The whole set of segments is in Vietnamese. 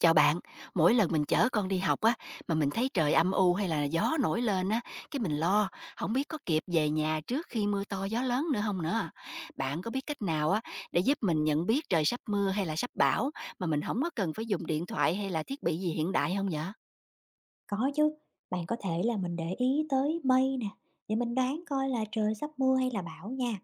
Chào bạn, mỗi lần mình chở con đi học á mà mình thấy trời âm u hay là gió nổi lên á, cái mình lo không biết có kịp về nhà trước khi mưa to gió lớn nữa không nữa. Bạn có biết cách nào á để giúp mình nhận biết trời sắp mưa hay là sắp bão mà mình không có cần phải dùng điện thoại hay là thiết bị gì hiện đại không vậy? Có chứ, bạn có thể là mình để ý tới mây nè, để mình đoán coi là trời sắp mưa hay là bão nha.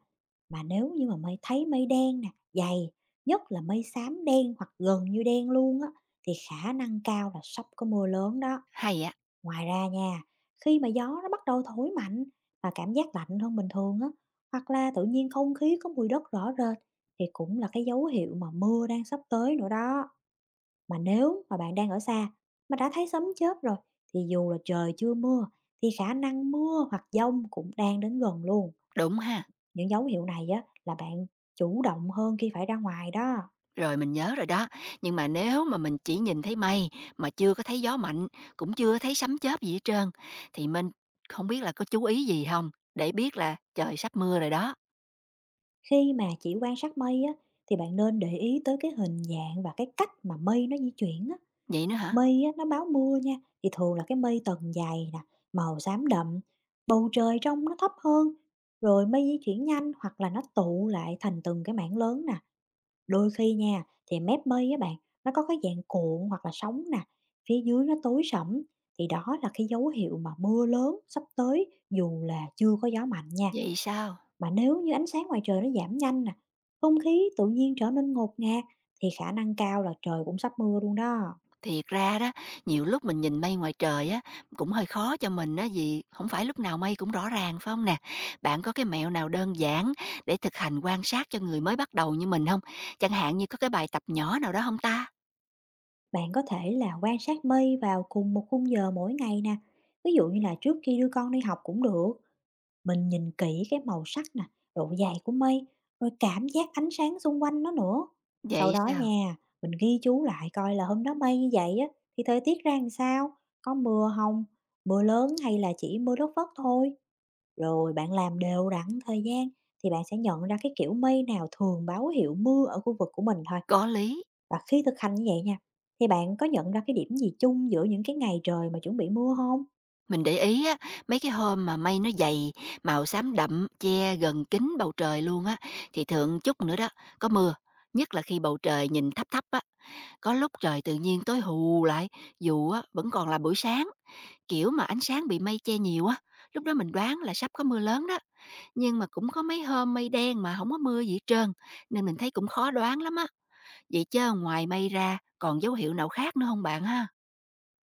Mà nếu như mà mây thấy mây đen nè, dày, nhất là mây xám đen hoặc gần như đen luôn á, thì khả năng cao là sắp có mưa lớn đó. Hay á, Ngoài ra nha, khi mà gió nó bắt đầu thổi mạnh và cảm giác lạnh hơn bình thường á, hoặc là tự nhiên không khí có mùi đất rõ rệt thì cũng là cái dấu hiệu mà mưa đang sắp tới nữa đó. Mà nếu mà bạn đang ở xa mà đã thấy sấm chớp rồi thì dù là trời chưa mưa thì khả năng mưa hoặc dông cũng đang đến gần luôn. đúng ha. Những dấu hiệu này á là bạn chủ động hơn khi phải ra ngoài đó. Rồi mình nhớ rồi đó, nhưng mà nếu mà mình chỉ nhìn thấy mây mà chưa có thấy gió mạnh, cũng chưa thấy sấm chớp gì hết trơn thì mình không biết là có chú ý gì không để biết là trời sắp mưa rồi đó. Khi mà chỉ quan sát mây á thì bạn nên để ý tới cái hình dạng và cái cách mà mây nó di chuyển á. Vậy nữa hả? Mây á, nó báo mưa nha, thì thường là cái mây tầng dày nè, màu xám đậm, bầu trời trong nó thấp hơn, rồi mây di chuyển nhanh hoặc là nó tụ lại thành từng cái mảng lớn nè. Đôi khi nha, thì mép mây á bạn, nó có cái dạng cuộn hoặc là sóng nè, phía dưới nó tối sẫm, thì đó là cái dấu hiệu mà mưa lớn sắp tới dù là chưa có gió mạnh nha. Vậy sao? Mà nếu như ánh sáng ngoài trời nó giảm nhanh nè, không khí tự nhiên trở nên ngột ngạt thì khả năng cao là trời cũng sắp mưa luôn đó. Thiệt ra đó, nhiều lúc mình nhìn mây ngoài trời á, cũng hơi khó cho mình á, vì không phải lúc nào mây cũng rõ ràng, phải không nè? Bạn có cái mẹo nào đơn giản để thực hành quan sát cho người mới bắt đầu như mình không? Chẳng hạn như có cái bài tập nhỏ nào đó không ta? Bạn có thể là quan sát mây vào cùng một khung giờ mỗi ngày nè, ví dụ như là trước khi đưa con đi học cũng được. Mình nhìn kỹ cái màu sắc nè, độ dày của mây, rồi cảm giác ánh sáng xung quanh nó nữa. Vậy Sau đó sao? nha, mình ghi chú lại coi là hôm đó mây như vậy á, thì thời tiết ra làm sao, có mưa không, mưa lớn hay là chỉ mưa lất phất thôi. Rồi bạn làm đều đặn thời gian thì bạn sẽ nhận ra cái kiểu mây nào thường báo hiệu mưa ở khu vực của mình thôi. Có lý. Và khi thực hành như vậy nha, thì bạn có nhận ra cái điểm gì chung giữa những cái ngày trời mà chuẩn bị mưa không? Mình để ý á, mấy cái hôm mà mây nó dày, màu xám đậm, che gần kín bầu trời luôn á, thì thường chút nữa đó, có mưa. Nhất là khi bầu trời nhìn thấp thấp á, có lúc trời tự nhiên tối hù lại, dù á vẫn còn là buổi sáng, kiểu mà ánh sáng bị mây che nhiều á, lúc đó mình đoán là sắp có mưa lớn đó, nhưng mà cũng có mấy hôm mây đen mà không có mưa gì hết trơn, nên mình thấy cũng khó đoán lắm á. Vậy chứ ngoài mây ra còn dấu hiệu nào khác nữa không bạn ha?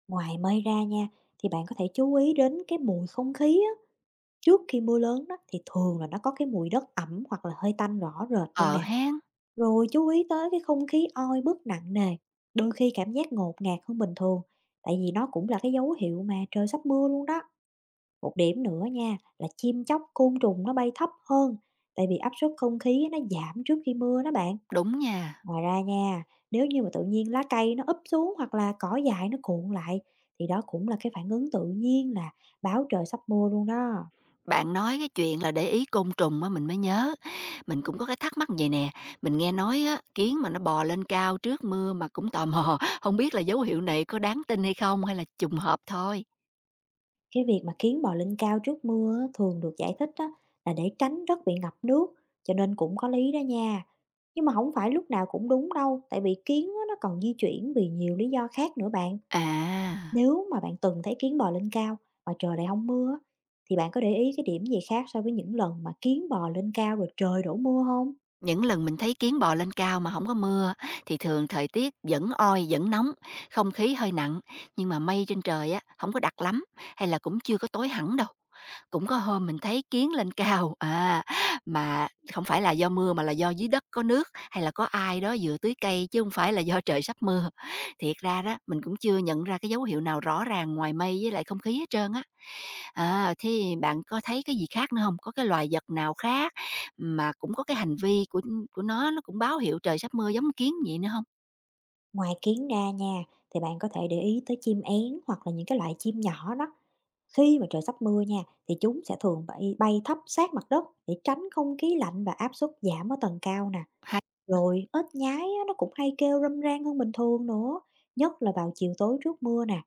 Ngoài mây ra nha, thì bạn có thể chú ý đến cái mùi không khí á. Trước khi mưa lớn đó thì thường là nó có cái mùi đất ẩm hoặc là hơi tanh rõ rệt luôn Ờ nè. hén, Rồi chú ý tới cái không khí oi bức nặng nề, đôi khi cảm giác ngột ngạt hơn bình thường, tại vì nó cũng là cái dấu hiệu mà trời sắp mưa luôn đó. Một điểm nữa nha là chim chóc, côn trùng nó bay thấp hơn, tại vì áp suất không khí nó giảm trước khi mưa đó bạn. đúng nha. Ngoài ra nha, nếu như mà tự nhiên lá cây nó úp xuống hoặc là cỏ dại nó cuộn lại thì đó cũng là cái phản ứng tự nhiên là báo trời sắp mưa luôn đó. Bạn nói cái chuyện là để ý côn trùng á mình mới nhớ. Mình cũng có cái thắc mắc vầy nè, mình nghe nói á, kiến mà nó bò lên cao trước mưa mà cũng tò mò, không biết là dấu hiệu này có đáng tin hay không hay là trùng hợp thôi? Cái việc mà kiến bò lên cao trước mưa á, thường được giải thích á, là để tránh đất bị ngập nước, cho nên cũng có lý đó nha. Nhưng mà không phải lúc nào cũng đúng đâu, tại vì kiến á, nó còn di chuyển vì nhiều lý do khác nữa bạn. À, Nếu mà bạn từng thấy kiến bò lên cao mà trời lại không mưa á, thì bạn có để ý cái điểm gì khác so với những lần mà kiến bò lên cao rồi trời đổ mưa không? những lần mình thấy kiến bò lên cao mà không có mưa thì thường thời tiết vẫn oi, vẫn nóng, không khí hơi nặng, nhưng mà mây trên trời á không có đặc lắm, hay là cũng chưa có tối hẳn đâu. Cũng có hôm mình thấy kiến lên cao, à, mà không phải là do mưa mà là do dưới đất có nước, hay là có ai đó vừa tưới cây chứ không phải là do trời sắp mưa. Thiệt ra đó, mình cũng chưa nhận ra cái dấu hiệu nào rõ ràng ngoài mây với lại không khí hết trơn á. À, thế bạn có thấy cái gì khác nữa không? Có cái loài vật nào khác mà cũng có cái hành vi của nó cũng báo hiệu trời sắp mưa giống kiến vậy nữa không? Ngoài kiến đa nha, thì bạn có thể để ý tới chim én hoặc là những cái loại chim nhỏ đó. Khi mà trời sắp mưa nha, thì chúng sẽ thường bay thấp sát mặt đất để tránh không khí lạnh và áp suất giảm ở tầng cao nè. Hay Rồi ếch nhái á, nó cũng hay kêu râm ran hơn bình thường nữa, nhất là vào chiều tối trước mưa nè.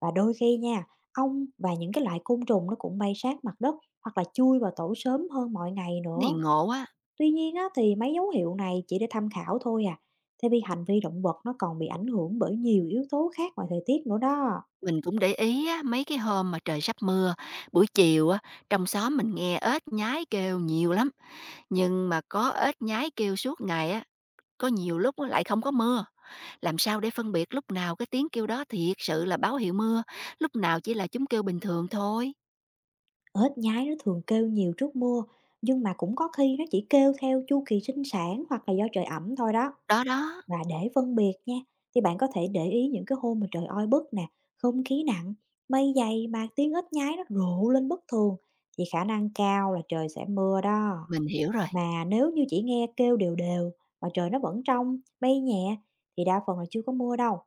Và đôi khi nha, ong và những cái loại côn trùng nó cũng bay sát mặt đất hoặc là chui vào tổ sớm hơn mọi ngày cái này nữa. ngộ á, Tuy nhiên á, thì mấy dấu hiệu này chỉ để tham khảo thôi à, tại vì hành vi động vật nó còn bị ảnh hưởng bởi nhiều yếu tố khác ngoài thời tiết nữa đó. mình cũng để ý á, mấy cái hôm mà trời sắp mưa, buổi chiều á, trong xóm mình nghe ếch nhái kêu nhiều lắm, nhưng mà có ếch nhái kêu suốt ngày á, có nhiều lúc á lại không có mưa. Làm sao để phân biệt lúc nào cái tiếng kêu đó thiệt sự là báo hiệu mưa, lúc nào chỉ là chúng kêu bình thường thôi? Ếch nhái nó thường kêu nhiều trước mưa, nhưng mà cũng có khi nó chỉ kêu theo chu kỳ sinh sản hoặc là do trời ẩm thôi đó. Đó, đó, Và để phân biệt nha, thì bạn có thể để ý những cái hôm mà trời oi bức nè, không khí nặng, mây dày mà tiếng ếch nhái nó rộ lên bất thường, thì khả năng cao là trời sẽ mưa đó. mình hiểu rồi. Mà nếu như chỉ nghe kêu đều đều mà trời nó vẫn trong, bay nhẹ thì đa phần là chưa có mưa đâu.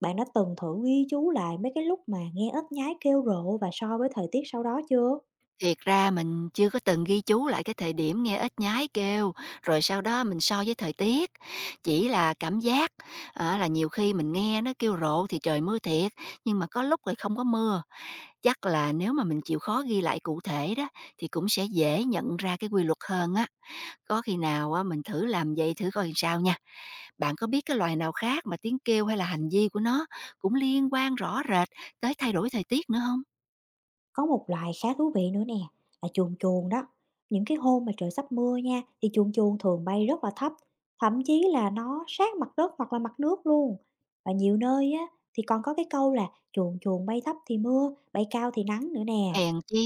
Bạn đã từng thử ghi chú lại mấy cái lúc mà nghe ếch nhái kêu rộ và so với thời tiết sau đó chưa? Thiệt ra mình chưa có từng ghi chú lại cái thời điểm nghe ếch nhái kêu, rồi sau đó mình so với thời tiết. Chỉ là cảm giác, à, là nhiều khi mình nghe nó kêu rộ thì trời mưa thiệt, nhưng mà có lúc lại không có mưa. Chắc là nếu mà mình chịu khó ghi lại cụ thể đó, thì cũng sẽ dễ nhận ra cái quy luật hơn á. Có khi nào á, mình thử làm vậy thử coi sao nha. Bạn có biết cái loài nào khác mà tiếng kêu hay là hành vi của nó cũng liên quan rõ rệt tới thay đổi thời tiết nữa không? Có một loài khá thú vị nữa nè, là chuồn chuồn đó. Những cái hôm mà trời sắp mưa nha thì chuồn chuồn thường bay rất là thấp, thậm chí là nó sát mặt đất hoặc là mặt nước luôn. Và nhiều nơi á thì còn có cái câu là chuồn chuồn bay thấp thì mưa, bay cao thì nắng nữa nè. Hèn chi,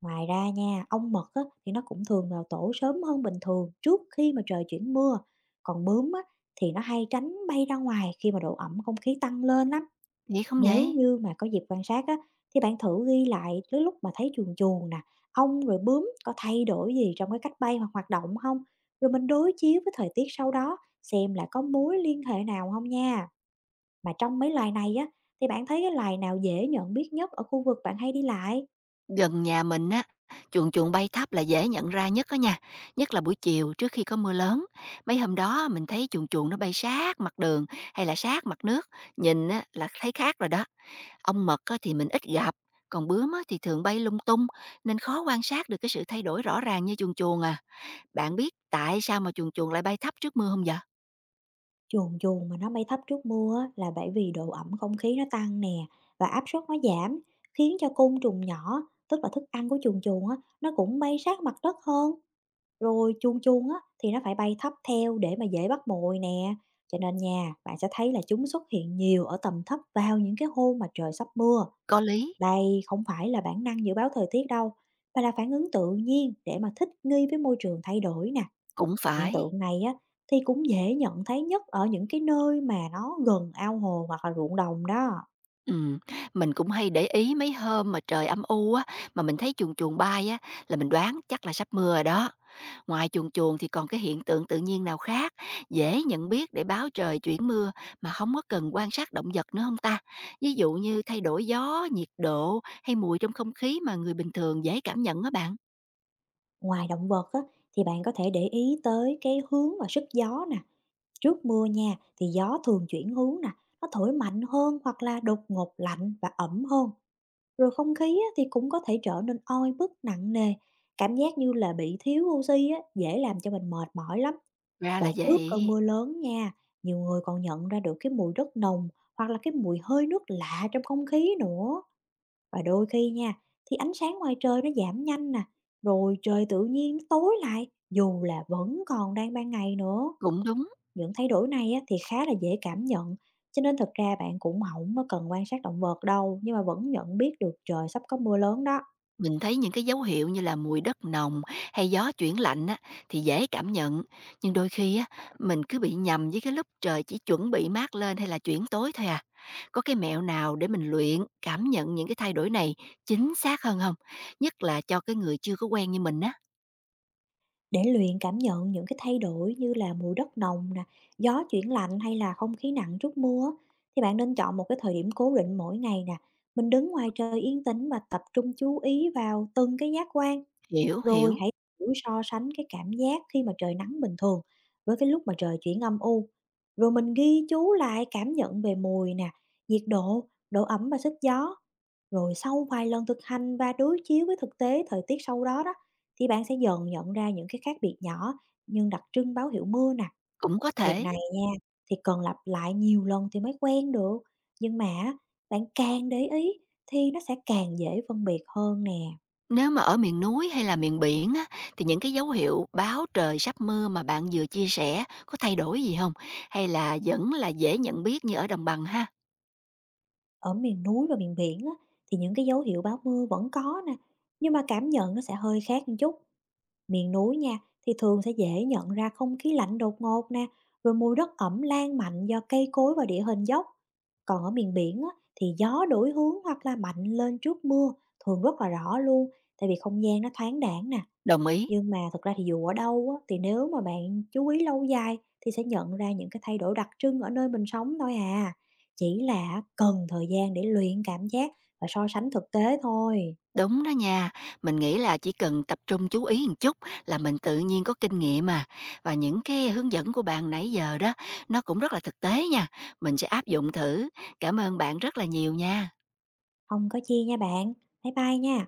Ngoài ra nha, ong mật á, thì nó cũng thường vào tổ sớm hơn bình thường trước khi mà trời chuyển mưa. Còn bướm á, thì nó hay tránh bay ra ngoài khi mà độ ẩm không khí tăng lên lắm. nghĩ không Nếu vậy? như mà có dịp quan sát á, thì bạn thử ghi lại cái lúc mà thấy chuồn chuồn nè, ong rồi bướm có thay đổi gì trong cái cách bay hoặc hoạt động không? Rồi mình đối chiếu với thời tiết sau đó xem là có mối liên hệ nào không nha. Mà trong mấy loài này á, thì bạn thấy cái loài nào dễ nhận biết nhất ở khu vực bạn hay đi lại? Gần nhà mình á, chuồn chuồn bay thấp là dễ nhận ra nhất đó nha, nhất là buổi chiều trước khi có mưa lớn. Mấy hôm đó mình thấy chuồn chuồn nó bay sát mặt đường hay là sát mặt nước, nhìn á, là thấy khác rồi đó. Ong mật á, thì mình ít gặp, còn bướm á, thì thường bay lung tung, nên khó quan sát được cái sự thay đổi rõ ràng như chuồn chuồn à. Bạn biết tại sao mà chuồn chuồn lại bay thấp trước mưa không vậy? Chuồn chuồn mà nó bay thấp trước mưa á, là bởi vì độ ẩm không khí nó tăng nè và áp suất nó giảm, khiến cho côn trùng nhỏ, tức là thức ăn của chuồn chuồn á, nó cũng bay sát mặt đất hơn, rồi chuồn chuồn á thì nó phải bay thấp theo để mà dễ bắt mồi nè. Cho nên nha, bạn sẽ thấy là chúng xuất hiện nhiều ở tầm thấp vào những cái hôm mà trời sắp mưa. Có lý, Đây không phải là bản năng dự báo thời tiết đâu, mà là phản ứng tự nhiên để mà thích nghi với môi trường thay đổi nè. cũng Hiện phải. tượng này á, thì cũng dễ nhận thấy nhất ở những cái nơi mà nó gần ao hồ hoặc là ruộng đồng đó. Ừ, mình cũng hay để ý mấy hôm mà trời âm u á, mà mình thấy chuồn chuồn bay á, là mình đoán chắc là sắp mưa rồi đó. Ngoài chuồn chuồn thì còn cái hiện tượng tự nhiên nào khác dễ nhận biết để báo trời chuyển mưa mà không có cần quan sát động vật nữa không ta? Ví dụ như thay đổi gió, nhiệt độ hay mùi trong không khí mà người bình thường dễ cảm nhận á bạn. Ngoài động vật á, thì bạn có thể để ý tới cái hướng và sức gió nè. Trước mưa nha, thì gió thường chuyển hướng nè, nó thổi mạnh hơn hoặc là đột ngột lạnh và ẩm hơn. Rồi không khí á, thì cũng có thể trở nên oi bức nặng nề. Cảm giác như là bị thiếu oxy á, dễ làm cho mình mệt mỏi lắm. Ra Và là trước cơn vậy. mưa lớn nha, nhiều người còn nhận ra được cái mùi đất nồng hoặc là cái mùi hơi nước lạ trong không khí nữa. Và đôi khi nha, thì ánh sáng ngoài trời nó giảm nhanh nè, rồi trời tự nhiên nó tối lại dù là vẫn còn đang ban ngày nữa. Cũng đúng. Những thay đổi này á, thì khá là dễ cảm nhận, cho nên thật ra bạn cũng không có cần quan sát động vật đâu, nhưng mà vẫn nhận biết được trời sắp có mưa lớn đó. Mình thấy những cái dấu hiệu như là mùi đất nồng hay gió chuyển lạnh á, thì dễ cảm nhận, nhưng đôi khi á, mình cứ bị nhầm với cái lúc trời chỉ chuẩn bị mát lên hay là chuyển tối thôi à. Có cái mẹo nào để mình luyện cảm nhận những cái thay đổi này chính xác hơn không? Nhất là cho cái người chưa có quen như mình á. Để luyện cảm nhận những cái thay đổi như là mùi đất nồng nè, gió chuyển lạnh hay là không khí nặng trước mưa á, thì bạn nên chọn một cái thời điểm cố định mỗi ngày nè. Mình đứng ngoài trời yên tĩnh và tập trung chú ý vào từng cái giác quan. Hiểu, Rồi hiểu, hãy thử so sánh cái cảm giác khi mà trời nắng bình thường với cái lúc mà trời chuyển âm u. Rồi mình ghi chú lại cảm nhận về mùi nè, nhiệt độ, độ ẩm và sức gió. Rồi sau vài lần thực hành và đối chiếu với thực tế thời tiết sau đó đó thì bạn sẽ dần nhận ra những cái khác biệt nhỏ nhưng đặc trưng báo hiệu mưa nè. cũng có Việc thể. này nha, thì cần lặp lại nhiều lần thì mới quen được. Nhưng mà á, bạn càng để ý thì nó sẽ càng dễ phân biệt hơn nè. Nếu mà ở miền núi hay là miền biển á, thì những cái dấu hiệu báo trời sắp mưa mà bạn vừa chia sẻ có thay đổi gì không? Hay là vẫn là dễ nhận biết như ở đồng bằng ha? Ở miền núi và miền biển á, thì những cái dấu hiệu báo mưa vẫn có nè. Nhưng mà cảm nhận nó sẽ hơi khác một chút. Miền núi nha, thì thường sẽ dễ nhận ra không khí lạnh đột ngột nè, rồi mùi đất ẩm lan mạnh do cây cối và địa hình dốc. Còn ở miền biển á, thì gió đổi hướng hoặc là mạnh lên trước mưa thường rất là rõ luôn, tại vì không gian nó thoáng đãng nè. Đồng ý. Nhưng mà thực ra thì dù ở đâu á, thì nếu mà bạn chú ý lâu dài thì sẽ nhận ra những cái thay đổi đặc trưng ở nơi mình sống thôi à. Chỉ là cần thời gian để luyện cảm giác và so sánh thực tế thôi. Đúng đó nha, mình nghĩ là chỉ cần tập trung chú ý một chút là mình tự nhiên có kinh nghiệm mà. Và những cái hướng dẫn của bạn nãy giờ đó, nó cũng rất là thực tế nha. Mình sẽ áp dụng thử. Cảm ơn bạn rất là nhiều nha. Không có chi nha bạn. Bye bye nha.